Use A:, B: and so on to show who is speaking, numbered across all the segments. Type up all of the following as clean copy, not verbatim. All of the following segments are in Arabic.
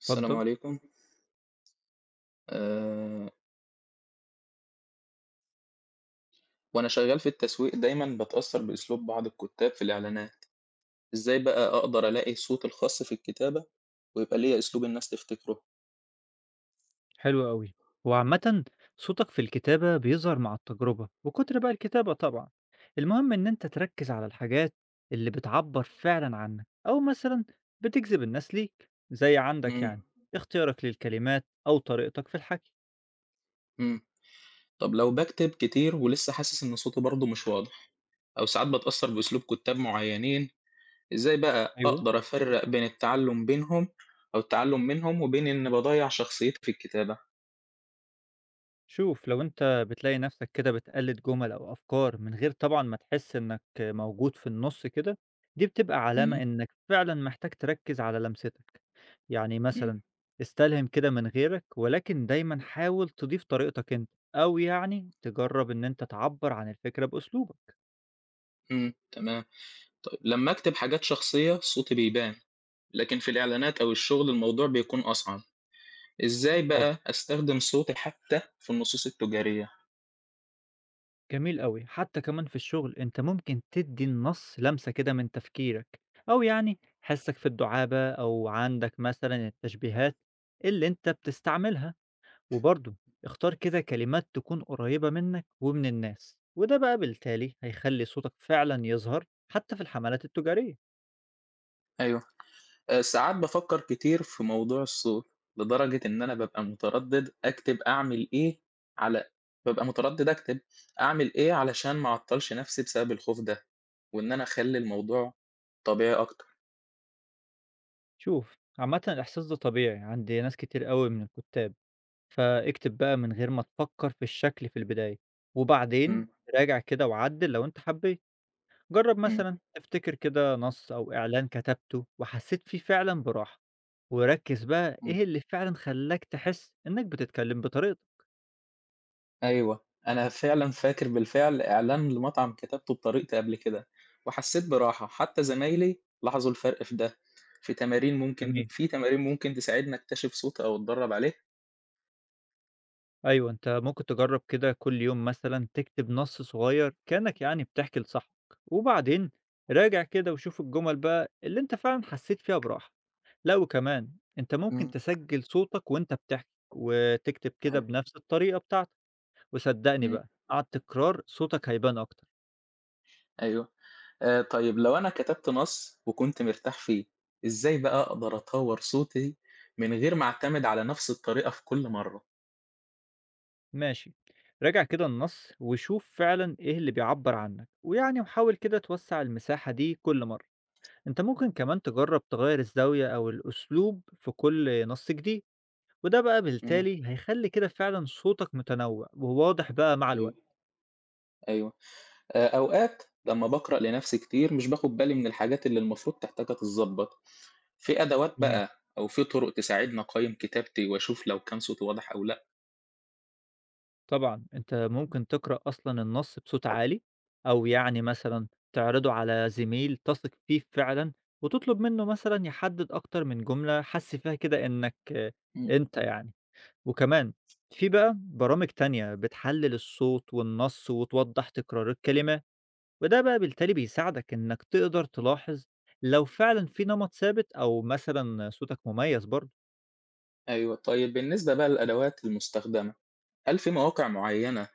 A: السلام
B: اتفضل.
A: عليكم. أه وأنا شغال في التسويق دايما بتأثر بأسلوب بعض الكتاب في الإعلانات. إزاي بقى أقدر ألاقي صوت الخاص في الكتابة ويبقى ليا أسلوب الناس تفتكره؟
B: حلو أوي. هو عامةً صوتك في الكتابة بيظهر مع التجربة وكتر بقى الكتابة طبعًا. المهم إن أنت تركّز على الحاجات اللي بتعبّر فعلًا عنك أو مثلًا بتجذب الناس ليك، زي عندك
A: مم.
B: يعني اختيارك للكلمات أو طريقتك في الحكي.
A: مم. طب لو بكتب كتير ولسه حاسس إن صوتي برضه مش واضح أو ساعات بتأثر بأسلوب كتاب معينين، إزاي بقى
B: أيوه.
A: أقدر أفرق بين التعلم بينهم أو التعلم منهم وبين إن بضيع شخصيتي في الكتابة؟
B: شوف لو انت بتلاقي نفسك كده بتقلد جمل او افكار من غير طبعا ما تحس انك موجود في النص كده، دي بتبقى علامة
A: مم.
B: انك فعلا محتاج تركز على لمستك. يعني
A: مم.
B: مثلا استلهم كده من غيرك ولكن دايما حاول تضيف طريقتك انت او يعني تجرب ان انت تعبر عن الفكرة باسلوبك.
A: مم. تمام. طيب لما أكتب حاجات شخصية صوتي بيبان، لكن في الإعلانات أو الشغل الموضوع بيكون أصعب. إزاي بقى أستخدم صوتي حتى في النصوص التجارية؟
B: جميل أوي، حتى كمان في الشغل أنت ممكن تدّي النص لمسة كده من تفكيرك، أو يعني حسك في الدعابة أو عندك مثلًا التشبيهات اللي أنت بتستعملها، وبرضه اختار كده كلمات تكون قريبة منك ومن الناس، وده بقى بالتالي هيخلّي صوتك فعلًا يظهر حتى في الحملات التجارية.
A: أيوه. ساعات بفكر كتير في موضوع الصوت لدرجة إن أنا على ببقى متردد أكتب أعمل إيه علشان ما أعطلش نفسي بسبب الخوف ده، وإن أنا أخلي الموضوع طبيعي أكتر.
B: شوف، عامةً الإحساس ده طبيعي عند ناس كتير أوي من الكتاب، فاكتب بقى من غير ما تفكر في الشكل في البداية، وبعدين
A: مم.
B: راجع كده وعدل لو أنت حبيت. جرب
A: مم.
B: مثلا تفتكر كده نص أو إعلان كتبته وحسيت فيه فعلا براحة، وركز بقى
A: مم.
B: إيه اللي فعلا خلاك تحس إنك بتتكلم بطريقتك.
A: أيوه، أنا فعلًا فاكر بالفعل إعلان لمطعم كتبته بطريقتي قبل كده، وحسيت براحة، حتى زمايلي لاحظوا الفرق في ده.
B: جميل.
A: في تمارين ممكن تساعدني أكتشف صوتي أو أتدرب عليه؟
B: أيوة أنت ممكن تجرب كده كل يوم مثلا تكتب نص صغير كأنك يعني بتحكي لصاحبك وبعدين راجع كده وشوف الجمل بقى اللي أنت فعلا حسيت فيها براحة. لا وكمان أنت ممكن
A: إمم.
B: تسجل صوتك وأنت بتحكي وتكتب كده
A: أيوه.
B: بنفس الطريقة بتاعتك. وصدقني
A: إمم.
B: بقى على التكرار صوتك هيبان أكتر.
A: أيوه. طيب لو أنا كتبت نص وكنت مرتاح فيه، إزاي بقى أقدر أطوّر صوتي من غير ما أعتمد على نفس الطريقة في كل مرة؟
B: ماشي راجع كده النص وشوف فعلا ايه اللي بيعبر عنك ويعني وحاول كده توسع المساحة دي كل مرة. انت ممكن كمان تجرب تغير الزاوية او الاسلوب في كل نص جديد، وده بقى
A: إمم.
B: بالتالي هيخلي كده فعلا صوتك متنوع وواضح بقى مع الوقت.
A: أيوه. أيوه. أوقات لمّا باقرأ لنفسي كتير مش باخد بالي من الحاجات اللي المفروض تحتاجها تتضبط، في أدوات
B: جميل.
A: بقى أو في طرق تساعدني أقيّم كتابتي وأشوف لو كان صوتي واضح أو لأ؟
B: طبعا انت ممكن تقرأ اصلا النص بصوت عالي، او يعني مثلا تعرضه على زميل تثق فيه فعلا وتطلب منه مثلا يحدد اكتر من جملة حس فيها كده انك آه،
A: إمم.
B: انت يعني. وكمان في بقى برامج تانية بتحلل الصوت والنص وتوضح تكرار الكلمات، وده بقى بالتالي بيساعدك إنك تقدر تلاحظ لو فعلا في نمط ثابت أو مثلا صوتك مميز برضه.
A: أيوه، طيب بالنسبة بقى للأدوات المستخدمة، هل في مواقع معيّنة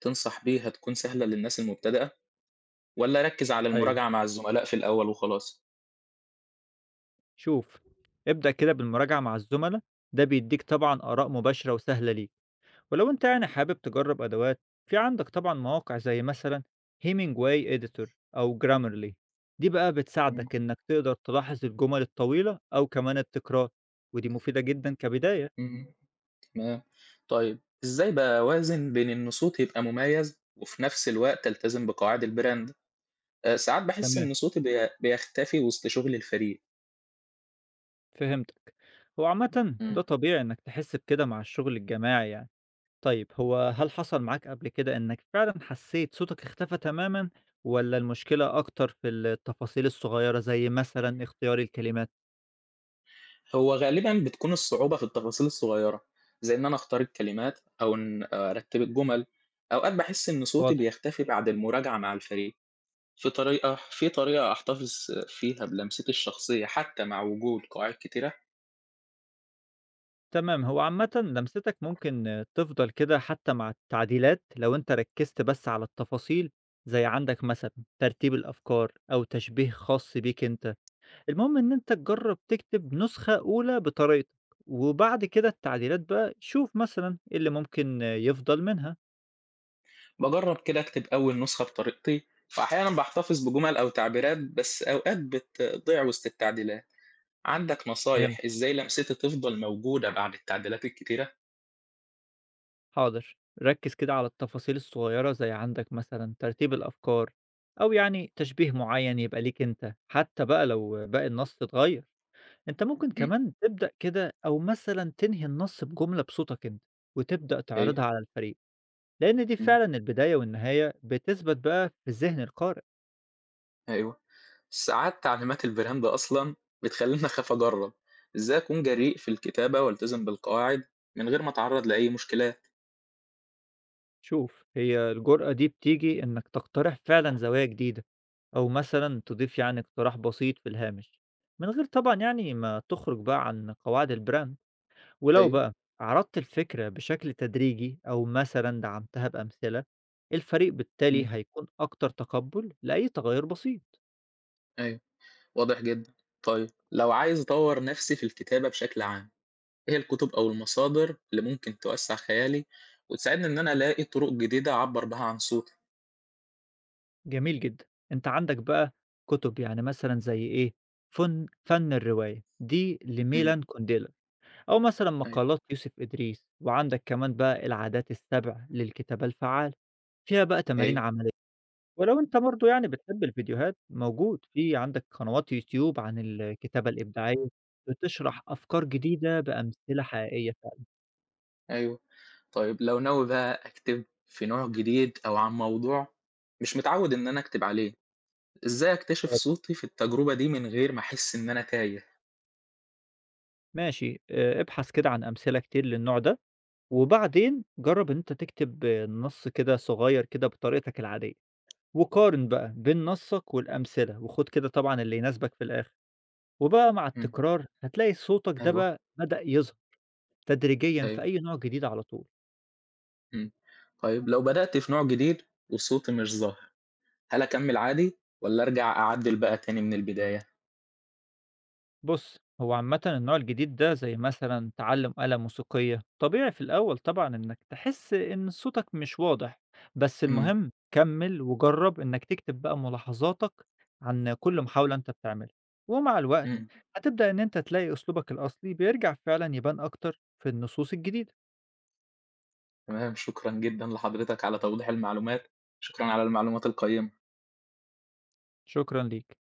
A: تنصح بيها تكون سهلة للناس المبتدئة، والّا أركّز على
B: ايوه.
A: المراجعة مع الزملاء في الأول وخلاص؟
B: شوف، ابدأ كده بالمراجعة مع الزملاء، ده بيديك طبعا آراء مباشرة وسهلة ليك. ولو أنت يعني حابب تجرب أدوات، في عندك طبعًا مواقع زي مثلًا Hemingway Editor أو Grammarly، دي بقى
A: إمم.
B: بتساعدك إنك تقدر تلاحظ الجمل الطويلة أو كمان التكرار، ودي مفيدة جدًا كبداية.
A: إمم. تمام. طيب إزاي باوازن بين إن صوتي يبقى مميز، وفي نفس الوقت ألتزم بقواعد الbrand؟ ساعات باحس
B: تمام،
A: إن صوتي بيختفي وسط شغل الفريق.
B: فهمتك. هو عامةً
A: إمم.
B: ده طبيعي إنك تحس بكده مع الشغل الجماعي يعني. طيب هو هل حصل معاك قبل كده إنك فعلًا حسيت صوتك اختفى تمامًا، والّا المشكلة أكتر في التفاصيل الصغيرة زي مثلًا اختيار الكلمات؟
A: هو غالبًا بتكون الصعوبة في التفاصيل الصغيرة، زي إن أنا أختار الكلمات أو إن أرتّب الجُمل. أوقات باحس إن صوتي
B: واضح.
A: بيختفي بعد المراجعة مع الفريق. في طريقة أحتفظ فيها بلمستي الشخصية حتى مع وجود قواعد كتيرة؟
B: تمام، هو عامةً لمستك ممكن تفضل كده حتى مع التعديلات لو أنت ركّزت بس على التفاصيل، زي عندك مثلًا ترتيب الأفكار أو تشبيه خاص بيك أنت، المهم إن أنت تجرّب تكتب نسخة أولى بطريقتك، وبعد كده التعديلات بقى شوف مثلًا إيه اللي ممكن يفضل منها.
A: باجرّب كده أكتب أول نسخة بطريقتي، وأحيانًا باحتفظ بجُمل أو تعبيرات بس أوقات بتضيع وسط التعديلات. عندك
B: فهمت.
A: نصايح إزاي لمستي تفضل موجودة بعد التعديلات الكتيرة؟
B: حاضر، ركّز كده على التفاصيل الصغيّرة زي عندك مثلًا ترتيب الأفكار، أو يعني تشبيه معيّن يبقى ليك أنت، حتى بقى لو باقي النص اتغيّر. أنت ممكن كمان تبدأ كده أو مثلًا تنهي النص بجملة بصوتك أنت، وتبدأ
A: أيوه.
B: تعرضها على الفريق، لأن دي
A: إمم.
B: فعلًا البداية والنهاية بتثبت بقى في ذهن القارئ.
A: أيوه. ساعات تعليمات الbrand أصلًا بتخلّيني أخاف أجرّب، إزاي أكون جريء في الكتابة والتزم بالقواعد من غير ما أتعرّض لأي مشكلات؟
B: شوف هي الجرأة دي بتيجي إنك تقترح فعلًا زوايا جديدة، أو مثلًا تضيف يعني اقتراح بسيط في الهامش، من غير طبعًا يعني ما تخرج بقى عن قواعد البراند. ولو
A: أيوه.
B: بقى عرضت الفكرة بشكل تدريجي أو مثلًا دعمتها بأمثلة، الفريق بالتالي
A: إمم.
B: هيكون أكتر تقبل لأي تغير بسيط.
A: أيوه. واضح جدًا. طيب لو عايز أطوّر نفسي في الكتابة بشكل عام، إيه الكتب أو المصادر اللي ممكن توسّع خيالي وتساعدني إن أنا ألاقي طرق جديدة أعبّر بها عن صوتي؟
B: جميل جدًا. أنت عندك بقى كُتب، يعني مثلًا زي إيه، فن الرواية دي
A: إمم.
B: لميلان كونديلا، أو مثلًا
A: أيوه.
B: مقالات يوسف إدريس، وعندك كمان بقى العادات ال7 للكتابة الفعالة، فيها بقى تمارين
A: أيوه.
B: عملية. ولو أنت برضه يعني بتحب الفيديوهات، موجود في عندك قنوات يوتيوب عن الكتابة الإبداعية، بتشرح أفكار جديدة بأمثلة حقيقية
A: أيوه. طيب لو ناوي بقى أكتب في نوع جديد أو عن موضوع مش متعوّد إن أنا أكتب عليه، إزاي أكتشف
B: فعلًا.
A: صوتي في التجربة دي من غير ما أحس إن أنا تايه؟
B: ماشي، ابحث كده عن أمثلة كتير للنوع ده. وبعدين جرّب إن أنت تكتب نَص كده صغيّر كده بطريقتك العادية، وقارن بقى بين نَصّك والأمثلة، وخُد كده طبعًا اللي يناسبك في الآخر، وبقى مع
A: إمم.
B: التكرار هتلاقي صوتك ده
A: أيوه.
B: بقى بدأ يظهر تدريجيًا في
A: أيوه.
B: أي نوع جديد على طول.
A: إمم. طيب لو بدأت في نوع جديد وصوتي مش ظاهر، هل أكمل عادي والّا أرجع أعدّل بقى تاني من البداية؟
B: بُص، هو عامةً النوع الجديد ده زي مثلًا تعلُّم آلة موسيقية، طبيعي في الأول طبعًا إنك تحس إن صوتك مش واضح، بس
A: إمم.
B: المهم كمّل وجرّب إنك تكتب بقى ملاحظاتك عن كل محاولة أنت بتعملها، ومع الوقت
A: إمم.
B: هتبدأ إن أنت تلاقي أسلوبك الأصلي بيرجع فعلًا يبان أكتر في النصوص الجديدة.
A: تمام. شكرًا جدًا لحضرتك على توضيح المعلومات، شكرًا على المعلومات القيّمة.
B: شكرًا ليك.